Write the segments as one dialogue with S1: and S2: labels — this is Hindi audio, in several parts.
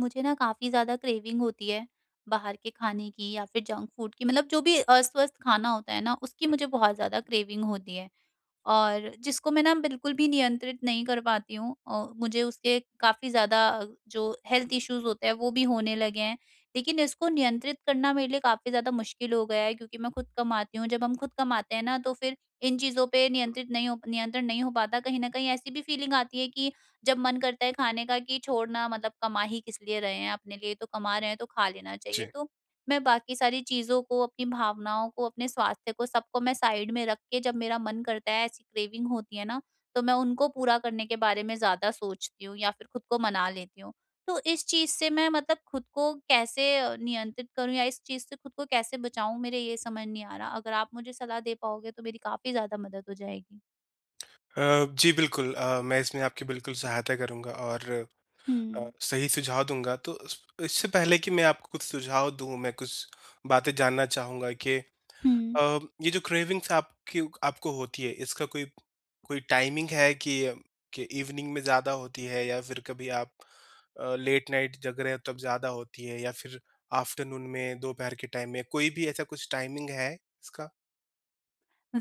S1: मुझे ना काफ़ी ज़्यादा क्रेविंग होती है बाहर के खाने की या फिर जंक फूड की मतलब जो भी अस्वस्थ खाना होता है ना उसकी मुझे बहुत ज़्यादा क्रेविंग होती है। और जिसको मैं ना बिल्कुल भी नियंत्रित नहीं कर पाती हूँ और मुझे उसके काफ़ी ज़्यादा जो हेल्थ इश्यूज़ होते हैं वो भी होने लगे हैं। लेकिन इसको नियंत्रित करना मेरे लिए काफ़ी ज़्यादा मुश्किल हो गया है क्योंकि मैं खुद कमाती हूँ। जब हम खुद कमाते हैं ना तो फिर इन चीज़ों पे नियंत्रित नहीं हो नियंत्रण नहीं हो पाता। कहीं न कहीं ऐसी भी फीलिंग आती है कि जब मन करता है खाने का कि छोड़ना मतलब कमा ही किस लिए रहे हैं, अपने लिए तो कमा रहे हैं तो खा लेना चाहिए।
S2: जी।
S1: तो मैं बाकी सारी चीज़ों को, अपनी भावनाओं को, अपने स्वास्थ्य को, सबको मैं साइड में रख के जब मेरा मन करता है, ऐसी क्रेविंग होती है ना, तो मैं उनको पूरा करने के बारे में ज़्यादा सोचती हूँ या फिर खुद को मना लेती हूँ। तो इस चीज़ से मैं मतलब खुद को कैसे नियंत्रित करूँ या इस चीज़ से खुद को कैसे बचाऊँ, मेरे ये समझ नहीं आ रहा। अगर आप मुझे सलाह दे पाओगे तो मेरी काफ़ी ज़्यादा मदद हो जाएगी।
S2: जी बिल्कुल मैं इसमें आपकी बिल्कुल सहायता करूँगा और
S1: हुँ।
S2: सही सुझाव दूँगा। तो इस इससे पहले कि मैं आपको कुछ सुझाव दूँ, मैं कुछ बातें जानना चाहूँगा कि
S1: हुँ।
S2: ये जो क्रेविंग्स आपकी आपको होती है, इसका कोई कोई टाइमिंग है कि कि इवनिंग में ज़्यादा होती है या फिर कभी आप लेट नाइट जग रहे हो तब ज़्यादा होती है या फिर आफ्टरनून में, दोपहर के टाइम में, कोई भी ऐसा कुछ टाइमिंग है इसका?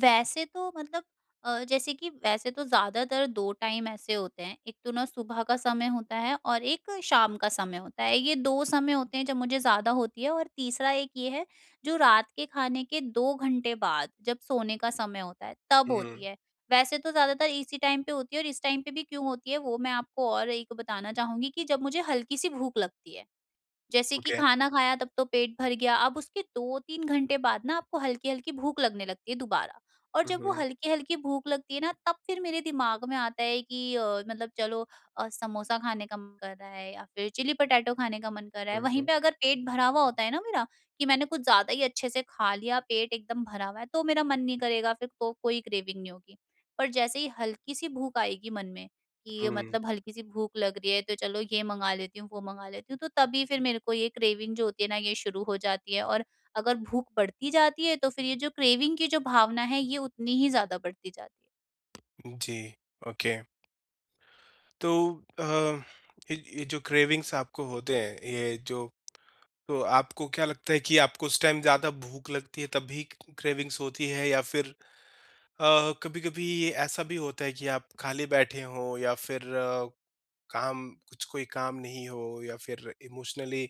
S1: वैसे तो मतलब जैसे कि वैसे तो ज़्यादातर 2 टाइम ऐसे होते हैं, एक तो ना सुबह का समय होता है और एक शाम का समय होता है। ये 2 समय होते हैं जब मुझे ज़्यादा होती है और तीसरा एक ये है जो रात के खाने के 2 घंटे बाद जब सोने का समय होता है, तब
S2: हुँ,
S1: होती
S2: हुँ,
S1: है। वैसे तो ज़्यादातर इसी टाइम पे होती है और इस टाइम पे भी क्यों होती है वो मैं आपको और एक बताना चाहूँगी कि जब मुझे हल्की-सी भूख लगती है। जैसे कि
S2: ओके।
S1: खाना खाया तब तो पेट भर गया, अब उसके 2-3 घंटे बाद ना आपको हल्की-हल्की भूख लगने लगती है दोबारा। और जब वो
S2: हुँ,
S1: हल्की-हल्की भूख लगती है ना तब फिर मेरे दिमाग में आता है कि मतलब चलो समोसा खाने का मन कर रहा है या फिर चिली पटाटो खाने का मन कर रहा है।
S2: हुँ,
S1: वहीं
S2: हुँ,
S1: पे अगर पेट भरा हुआ होता है ना मेरा, कि मैंने कुछ ज़्यादा ही अच्छे से खा लिया, पेट एकदम भरा हुआ है, तो मेरा मन नहीं करेगा, फिर तो कोई क्रेविंग नहीं होगी। पर जैसे ही हल्की-सी भूख आएगी मन में कि मतलब हल्की सी भूख लग रही है, तो चलो ये मंगा लेती हूँ, वो मंगा लेती हूँ, तो तभी फिर मेरे को ये क्रेविंग जो होती है ना ये शुरू हो जाती है, और अगर भूख बढ़ती जाती है तो फिर ये जो क्रेविंग की जो भावना है ये उतनी ही ज़्यादा बढ़ती जाती है।
S2: हुँ, जी, ओके। तो अ, ये जो क्रेविंग्स आपको होते हैं, ये जो तो आपको क्या लगता है कि आपको उस टाइम ज़्यादा भूख लगती है तभी क्रेविंग्स होती है या फिर कभी-कभी ये ऐसा भी होता है कि आप खाली बैठे हों या फिर काम कुछ कोई काम नहीं हो या फिर इमोशनली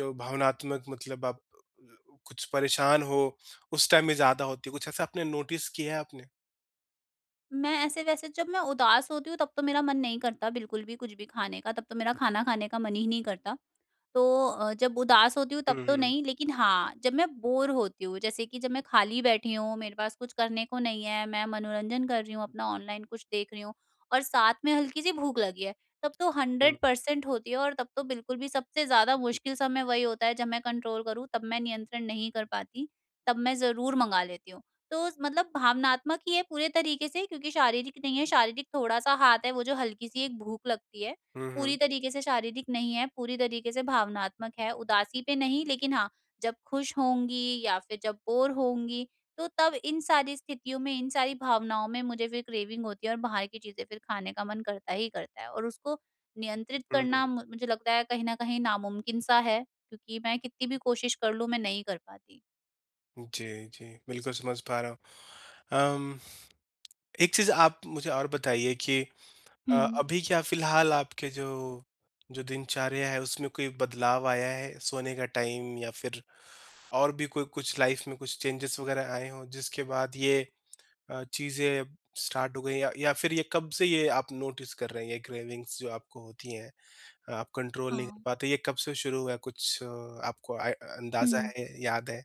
S2: जो भावनात्मक मतलब आप कुछ परेशान हो, उस टाइम में ज़्यादा होती है, कुछ ऐसा आपने नोटिस किया है आपने?
S1: मैं ऐसे वैसे जब मैं उदास होती हूँ तब तो मेरा मन नहीं करता बिल्कुल भी कुछ भी खाने का, तब तो मेरा खाना खाने का मन ही नहीं करता। तो जब उदास होती हूँ
S2: हुँ,
S1: तब तो
S2: हुँ,
S1: नहीं, लेकिन हाँ, जब मैं बोर होती हूँ, जैसे कि जब मैं खाली बैठी हूँ, मेरे पास कुछ करने को नहीं है, मैं मनोरंजन कर रही हूँ, अपना ऑनलाइन कुछ देख रही हूँ और साथ में हल्की-सी भूख लगी है, तब तो
S2: हुँ,
S1: 100% होती है और तब तो बिल्कुल भी सबसे ज़्यादा मुश्किल समय वही होता है, जब मैं कंट्रोल करूँ, तब मैं नियंत्रण नहीं कर पाती, तब मैं ज़रूर मंगा लेती हूँ। तो मतलब भावनात्मक ही है पूरे तरीके से, क्योंकि शारीरिक नहीं है, शारीरिक थोड़ा-सा हाथ है, वो जो हल्की-सी एक भूख लगती है।
S2: हुँ, हुँ,
S1: पूरी तरीके से शारीरिक नहीं है, पूरी तरीके से भावनात्मक है, उदासी पे नहीं, लेकिन हाँ, जब खुश होंगी या फिर जब बोर होंगी, तो तब इन सारी स्थितियों में, इन सारी भावनाओं में मुझे फिर क्रेविंग होती है और बाहर की चीज़ें फिर खाने का मन करता ही करता है, और उसको नियंत्रित
S2: हुँ, हुँ।
S1: करना मु मुझे लगता है कहीं न कहीं नामुमकिन सा है, क्योंकि मैं कितनी भी कोशिश कर लूँ, मैं नहीं कर पाती।
S2: जी, जी, बिल्कुल समझ पा रहा हूँ। अम, एक चीज़ आप मुझे और बताइए कि
S1: हुँ।
S2: अभी क्या फ़िलहाल आपके जो जो दिनचर्या है उसमें कोई बदलाव आया है? सोने का टाइम या फिर और भी कोई कुछ लाइफ़ में कुछ चेंजेस वग़ैरह आए हों जिसके बाद ये चीज़ें स्टार्ट हो गई या फिर ये कब से ये आप नोटिस कर रहे हैं ये क्रेविंग्स जो आपको होती हैं? आप कंट्रोल नहीं कर
S1: हाँ।
S2: पाते। ये कब से शुरू हुआ? आपको आई अंदाज़ा
S1: हुँ।
S2: है, याद है?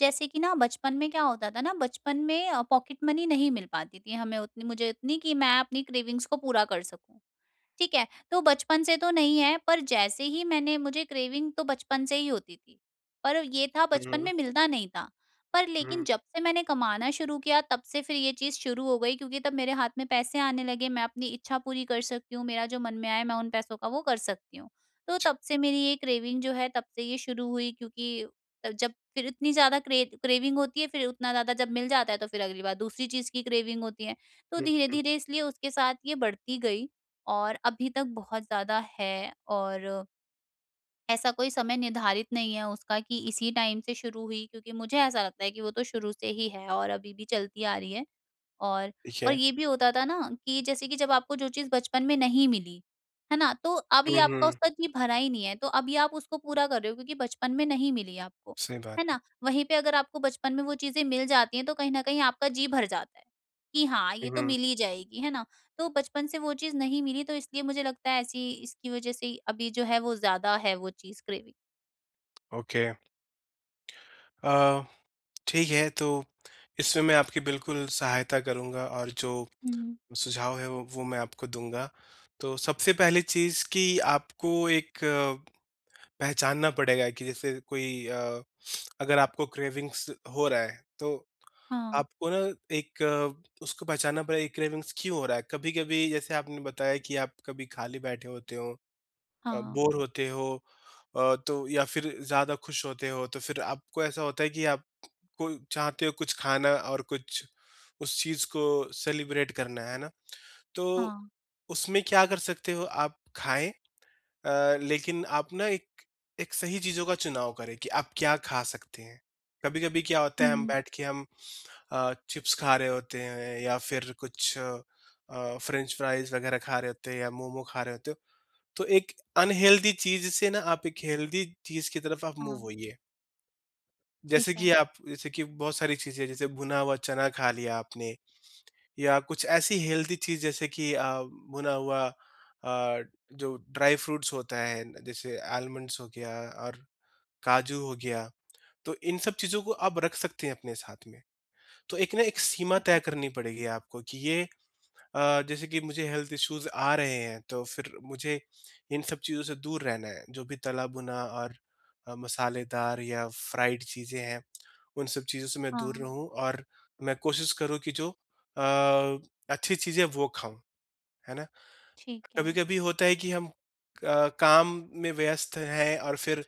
S1: जैसे कि ना बचपन में क्या होता था, ना बचपन में पॉकेट मनी नहीं मिल पाती थी, हमें उतनी मुझे उतनी, कि मैं अपनी क्रेविंग्स को पूरा कर सकूं। ठीक है, तो बचपन से तो नहीं है, पर जैसे ही मैंने मुझे क्रेविंग तो बचपन से ही होती थी, पर ये था बचपन में मिलता नहीं था। पर लेकिन जब से मैंने कमाना शुरू किया तब से फिर ये चीज़ शुरू हो गई, क्योंकि तब मेरे हाथ में पैसे आने लगे, मैं अपनी इच्छा पूरी कर सकती हूँ, मेरा जो मन में आए मैं उन पैसों का वो कर सकती हूँ। तो तब से मेरी ये क्रेविंग जो है तब से ये शुरू हुई, क्योंकि जब फिर इतनी ज़्यादा क्रेविंग होती है, फिर उतना ज़्यादा जब मिल जाता है, तो फिर अगली बार दूसरी चीज़ की क्रेविंग होती है। तो धीरे-धीरे इसलिए उसके साथ ये बढ़ती गई। और अभी तक बहुत ज़्यादा है, और ऐसा कोई समय निर्धारित नहीं है उसका कि इसी टाइम से शुरू हुई, क्योंकि मुझे ऐसा लगता है कि वो तो शुरू से ही है और अभी भी चलती आ रही है। और
S2: ठीक
S1: और
S2: है।
S1: ये भी होता था ना, कि जैसे कि जब आपको जो चीज़ बचपन में नहीं मिली, है ना? तो अभी
S2: हुँ,
S1: आपका
S2: हुँ।
S1: उसका जी भरा ही नहीं है, तो अभी आप उसको पूरा कर रहे हो, क्योंकि बचपन में नहीं मिली आपको,
S2: सही बात
S1: है
S2: है।
S1: ना? वहीं पे अगर आपको बचपन में वो चीज़ें मिल जाती हैं, तो कहीं न कहीं आपका जी भर जाता है, कि हाँ,
S2: हुँ,
S1: ये तो
S2: हुँ।
S1: मिल ही जाएगी, है ना? तो बचपन से वो चीज़ नहीं मिली, तो इसलिए मुझे लगता है ऐसी इसकी वज़ह से ही अभी जो है वो ज़्यादा है, वो चीज़ क्रेविंग।
S2: ओके। अ, ठीक है, तो इसमें मैं आपकी बिल्कुल सहायता करूँगा और जो
S1: हुँ।
S2: सुझाव है वो मैं आपको दूँगा। तो सबसे पहली चीज़ कि आपको पहचानना पड़ेगा कि जैसे अगर आपको क्रेविंग्स हो रहा है, तो
S1: हाँ,
S2: आपको ना उसको पहचानना पड़ेगा क्रेविंग्स क्यों हो रहा है? कभी-कभी जैसे आपने बताया कि आप कभी खाली बैठे होते हो
S1: हाँ,
S2: बोर होते हो तो या फिर ज़्यादा खुश होते हो, तो फिर आपको ऐसा होता है कि आपको चाहते हो कुछ खाना और कुछ उस चीज़ को सेलिब्रेट करना, है ना? तो
S1: हाँ,
S2: उसमें क्या कर सकते हो आप खाएँ लेकिन आप ना एक एक सही चीज़ों का चुनाव करें कि आप क्या खा सकते हैं। कभी-कभी क्या होता है हम
S1: हुँ।
S2: बैठ के हम चिप्स खा रहे होते हैं या फिर कुछ फ्रेंच फ्राइज़ वग़ैरह खा रहे होते हैं या मोमो खा रहे होते हो। तो एक अनहेल्दी चीज़ से ना आप एक हेल्दी चीज़ की तरफ आप
S1: हाँ,
S2: मूव होइए।
S1: ठीक है,
S2: जैसे कि बहुत सारी चीज़ें जैसे भुना हुआ चना खा लिया आपने या कुछ ऐसी हेल्दी चीज़ जैसे कि भुना हुआ अ, जो ड्राई फ्रूट्स होता है न, जैसे आलमंड्स हो गया और काजू हो गया तो इन सब चीज़ों को आप रख सकते हैं अपने साथ में। तो एक ना एक सीमा
S1: ठीक
S2: तय
S1: है।
S2: करनी पड़ेगी आपको कि जैसे कि मुझे हेल्थ इश्यूज़ आ रहे हैं तो फिर मुझे इन सब चीज़ों से दूर रहना है। जो भी तला भुना और मसालेदार या फ्राइड चीज़ें हैं उन सब चीज़ों से मैं दूर
S1: हाँ,
S2: रहूँ और मैं कोशिश करूँ कि जो अ, अच्छी चीज़ें वो खाऊँ, है ना?
S1: ठीक है।
S2: कभी-कभी होता है कि हम काम में व्यस्त हैं और फिर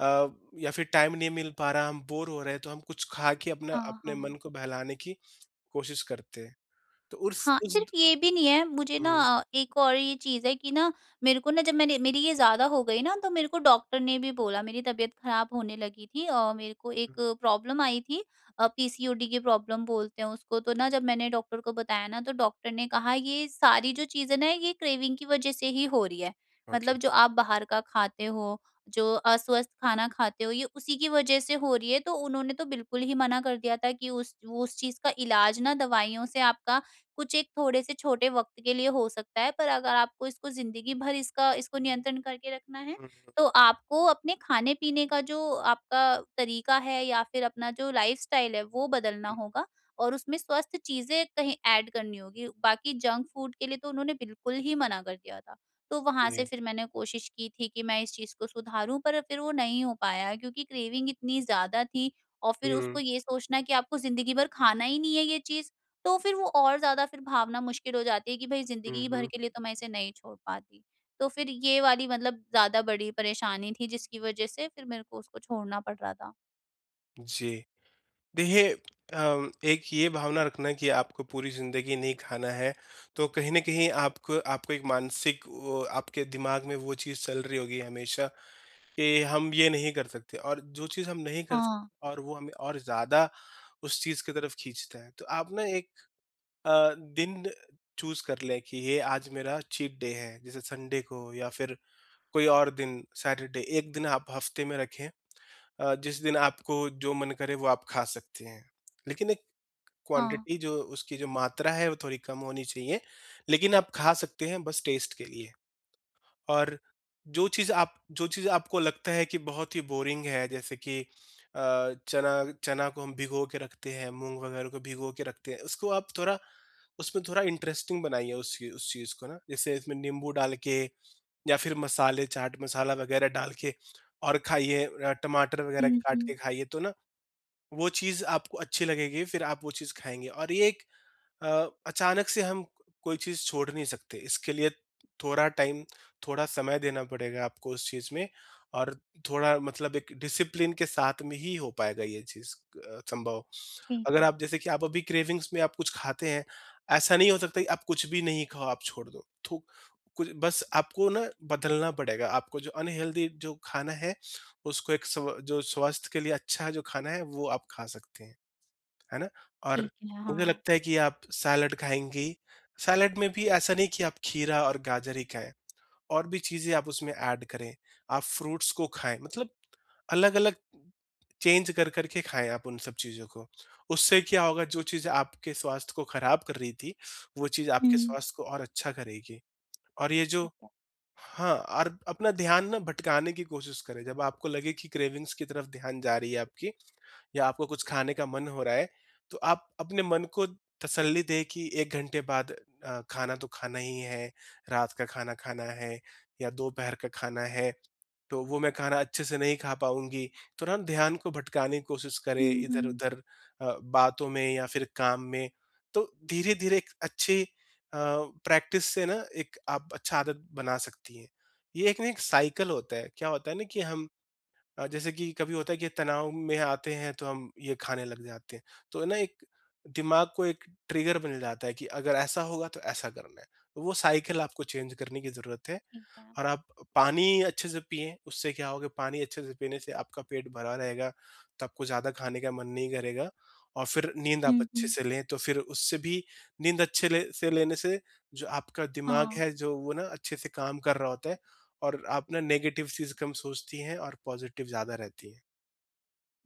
S2: अ, या फिर टाइम नहीं मिल पा रहा, हम बोर हो रहे हैं, तो हम कुछ खा के अपना
S1: हाँ,
S2: अपने मन
S1: हाँ।
S2: को बहलाने की कोशिश करते हैं। तो उस
S1: हाँ, सिर्फ़ ये भी नहीं है, मुझे ना
S2: हुँ,
S1: एक और ये चीज़ है कि ना, मेरे को ना जब मैंने मेरी ये ज़्यादा हो गई ना, तो मेरे को डॉक्टर ने भी बोला, मेरी तबीयत ख़राब होने लगी थी और मेरे को एक
S2: हुँ,
S1: प्रॉब्लम आई थी, पीसीओडी की प्रॉब्लम बोलते हैं उसको। तो ना जब मैंने डॉक्टर को बताया ना, तो डॉक्टर ने कहा ये सारी जो चीज़ें ना ये क्रेविंग की वज़ह से ही हो रही है।
S2: ओके।
S1: मतलब जो आप बाहर का खाते हो, जो अस्वस्थ खाना खाते हो, ये उसी की वज़ह से हो रही है। तो उन्होंने तो बिल्कुल ही मना कर दिया था कि उस चीज़ का इलाज ना दवाइयों से आपका कुछ एक थोड़े-से छोटे वक़्त के लिए हो सकता है, पर अगर आपको इसको ज़िंदगी भर इसका इसको नियंत्रण करके रखना है,
S2: हुँ, हुँ,
S1: तो आपको अपने खाने-पीने का जो आपका तरीका है, या फिर अपना जो लाइफ़स्टाइल है, वो बदलना
S2: हुँ,
S1: होगा और उसमें स्वस्थ चीज़ें कहीं ऐड करनी होगी। बाकी जंक फ़ूड के लिए तो उन्होंने बिल्कुल ही मना कर दिया था। तो वहाँ से
S2: जी।
S1: फिर मैंने कोशिश की थी कि मैं इस चीज़ को सुधारूँ, पर फिर वो नहीं हो पाया क्योंकि क्रेविंग इतनी ज़्यादा थी, और फिर उसको
S2: हुँ,
S1: ये सोचना कि आपको ज़िंदगी भर खाना ही नहीं है ये चीज़, तो फिर वो और ज़्यादा फिर भावना मुश्किल हो जाती है कि भई
S2: हुँ,
S1: ज़िंदगी भर
S2: हुँ,
S1: के लिए तो मैं इसे नहीं छोड़ पाती। तो फिर ये वाली मतलब ज़्यादा बड़ी परेशानी थी, जिसकी वज़ह से फिर मेरे को उसको छोड़ना पड़ रहा था।
S2: जी। देखिए एक ये भावना रखना कि आपको पूरी ज़िंदगी नहीं खाना है, तो कहीं न कहीं आपको आपको एक मानसिक वो आपके दिमाग में वो चीज़ चल रही होगी हमेशा कि हम ये नहीं कर सकते और जो चीज़ हम नहीं कर
S1: हाँ,
S2: सकते और वो हमें और ज़्यादा उस चीज़ की तरफ खींचता है। तो आप ना एक दिन चूज़ कर लें कि ये आज मेरा चीट डे है, जैसे संडे को या फिर कोई और दिन सैटरडे, एक दिन आप हफ़्ते में रखें जिस दिन आपको जो मन करे वो आप खा सकते हैं। लेकिन एक
S1: हाँ।
S2: क्वांटिटी जो उसकी जो मात्रा है वो थोड़ी कम होनी चाहिए, लेकिन आप खा सकते हैं बस टेस्ट के लिए। और जो चीज़ आप जो चीज़ आपको लगता है कि बहुत ही बोरिंग है जैसे कि चना चना को हम भिगो के रखते हैं, मूँग वगैरह को भिगो के रखते हैं, उसको आप थोड़ा उसमें थोड़ा इंटरेस्टिंग बनाइए उस चीज़ को ना, जैसे इसमें नींबू डाल के या फिर मसाले चाट मसाला वगैरह डाल के और खाइए टमाटर वगैरह
S1: हुँ,
S2: काट के
S1: हुँ।
S2: खाइए तो ना वो चीज़ आपको अच्छी लगेगी, फिर आप वो चीज़ खाएँगे और अचानक से हम कोई चीज़ छोड़ नहीं सकते। इसके लिए थोड़ा टाइम, थोड़ा समय देना पड़ेगा आपको उस चीज़ में और थोड़ा मतलब एक डिसिप्लिन के साथ में ही हो पाएगा ये चीज़ संभव।
S1: ठीक
S2: अगर
S1: है,
S2: आप जैसे कि आप अभी क्रेविंग्स में आप कुछ खाते हैं, ऐसा नहीं हो सकता कि आप कुछ भी नहीं खाओ, आप छोड़ दो। थो कुछ बस आपको ना बदलना पड़ेगा। आपको जो अनहेल्दी जो खाना है, उसको एक स्व जो स्वास्थ्य के लिए अच्छा जो खाना है, वो आप खा सकते हैं। है ना? और
S1: ठीक है,
S2: मुझे
S1: हाँ।
S2: लगता है कि आप सैलड खाएँगी, सैलड में भी ऐसा नहीं कि आप खीरा और गाजर ही खाएँ, और भी चीज़ें आप उसमें ऐड करें, आप फ्रूट्स को खाएँ, मतलब अलग-अलग चेंज कर कर के खाएँ आप उन सब चीज़ों को। उससे क्या होगा जो चीज़ आपके स्वास्थ्य को खराब कर रही थी, वो चीज़ आपके
S1: हुँ।
S2: स्वास्थ्य को और अच्छा करेगी। और ये जो
S1: ठीक है।
S2: हाँ, और अपना ध्यान ना भटकाने की कोशिश करें, जब आपको लगे कि क्रेविंग्स की तरफ ध्यान जा रही है आपकी, या आपको कुछ खाने का मन हो रहा है, तो आप अपने मन को तसल्ली दें कि 1 घंटे बाद खाना तो खाना ही है, रात का खाना खाना है या दोपहर का खाना है, तो वो मैं खाना अच्छे से नहीं खा पाऊँगी। तुरंत ध्यान को भटकाने की कोशिश करें
S1: हुँ, हुँ।
S2: इधर-उधर बातों में या फिर काम में। तो धीरे-धीरे एक अच्छी प्रैक्टिस से ना एक आप अच्छा आदत बना सकती हैं। ये एक ना एक साइकिल होता है, क्या होता है ना कि हम जैसे कि कभी होता है कि तनाव में आते हैं तो हम ये खाने लग जाते हैं तो ना एक दिमाग को एक ट्रिगर मिल जाता है कि अगर ऐसा होगा तो ऐसा करना है तो वो साइकिल आपको चेंज करने की जरूरत है
S1: ठीक है।
S2: और आप पानी अच्छे से पिएँ, उससे क्या होगा पानी अच्छे से पीने से आपका पेट भरा रहेगा, तो आपको ज़्यादा खाने का मन नहीं करेगा और फिर नींद आप
S1: हुँ,
S2: अच्छे
S1: हुँ।
S2: से लें, तो फिर उससे भी नींद अच्छे ले से लेने से जो आपका दिमाग
S1: हाँ।
S2: है, जो वो ना अच्छे से काम कर रहा होता है और आप ना नेगेटिव चीज़ कम सोचती हैं और पॉज़िटिव ज़्यादा रहती हैं।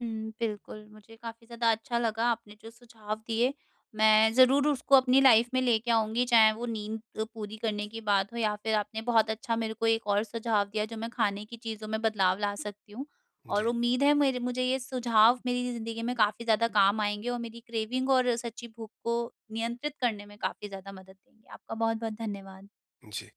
S1: हुँ, बिल्कुल, मुझे काफ़ी ज़्यादा अच्छा लगा आपने जो सुझाव दिए, मैं ज़रूर उसको अपनी लाइफ़ में लेके आऊँगी, चाहे वो नींद पूरी करने की बात हो या फिर आपने बहुत अच्छा मेरे को एक और सुझाव दिया जो मैं खाने की चीज़ों में बदलाव ला सकती हूँ। और
S2: जी,
S1: उम्मीद है मेरे मुझे ये सुझाव मेरी ज़िंदगी में काफ़ी ज़्यादा काम आएँगे और मेरी क्रेविंग और सच्ची भूख को नियंत्रित करने में काफ़ी ज़्यादा मदद देंगे। आपका बहुत-बहुत धन्यवाद।
S2: जी।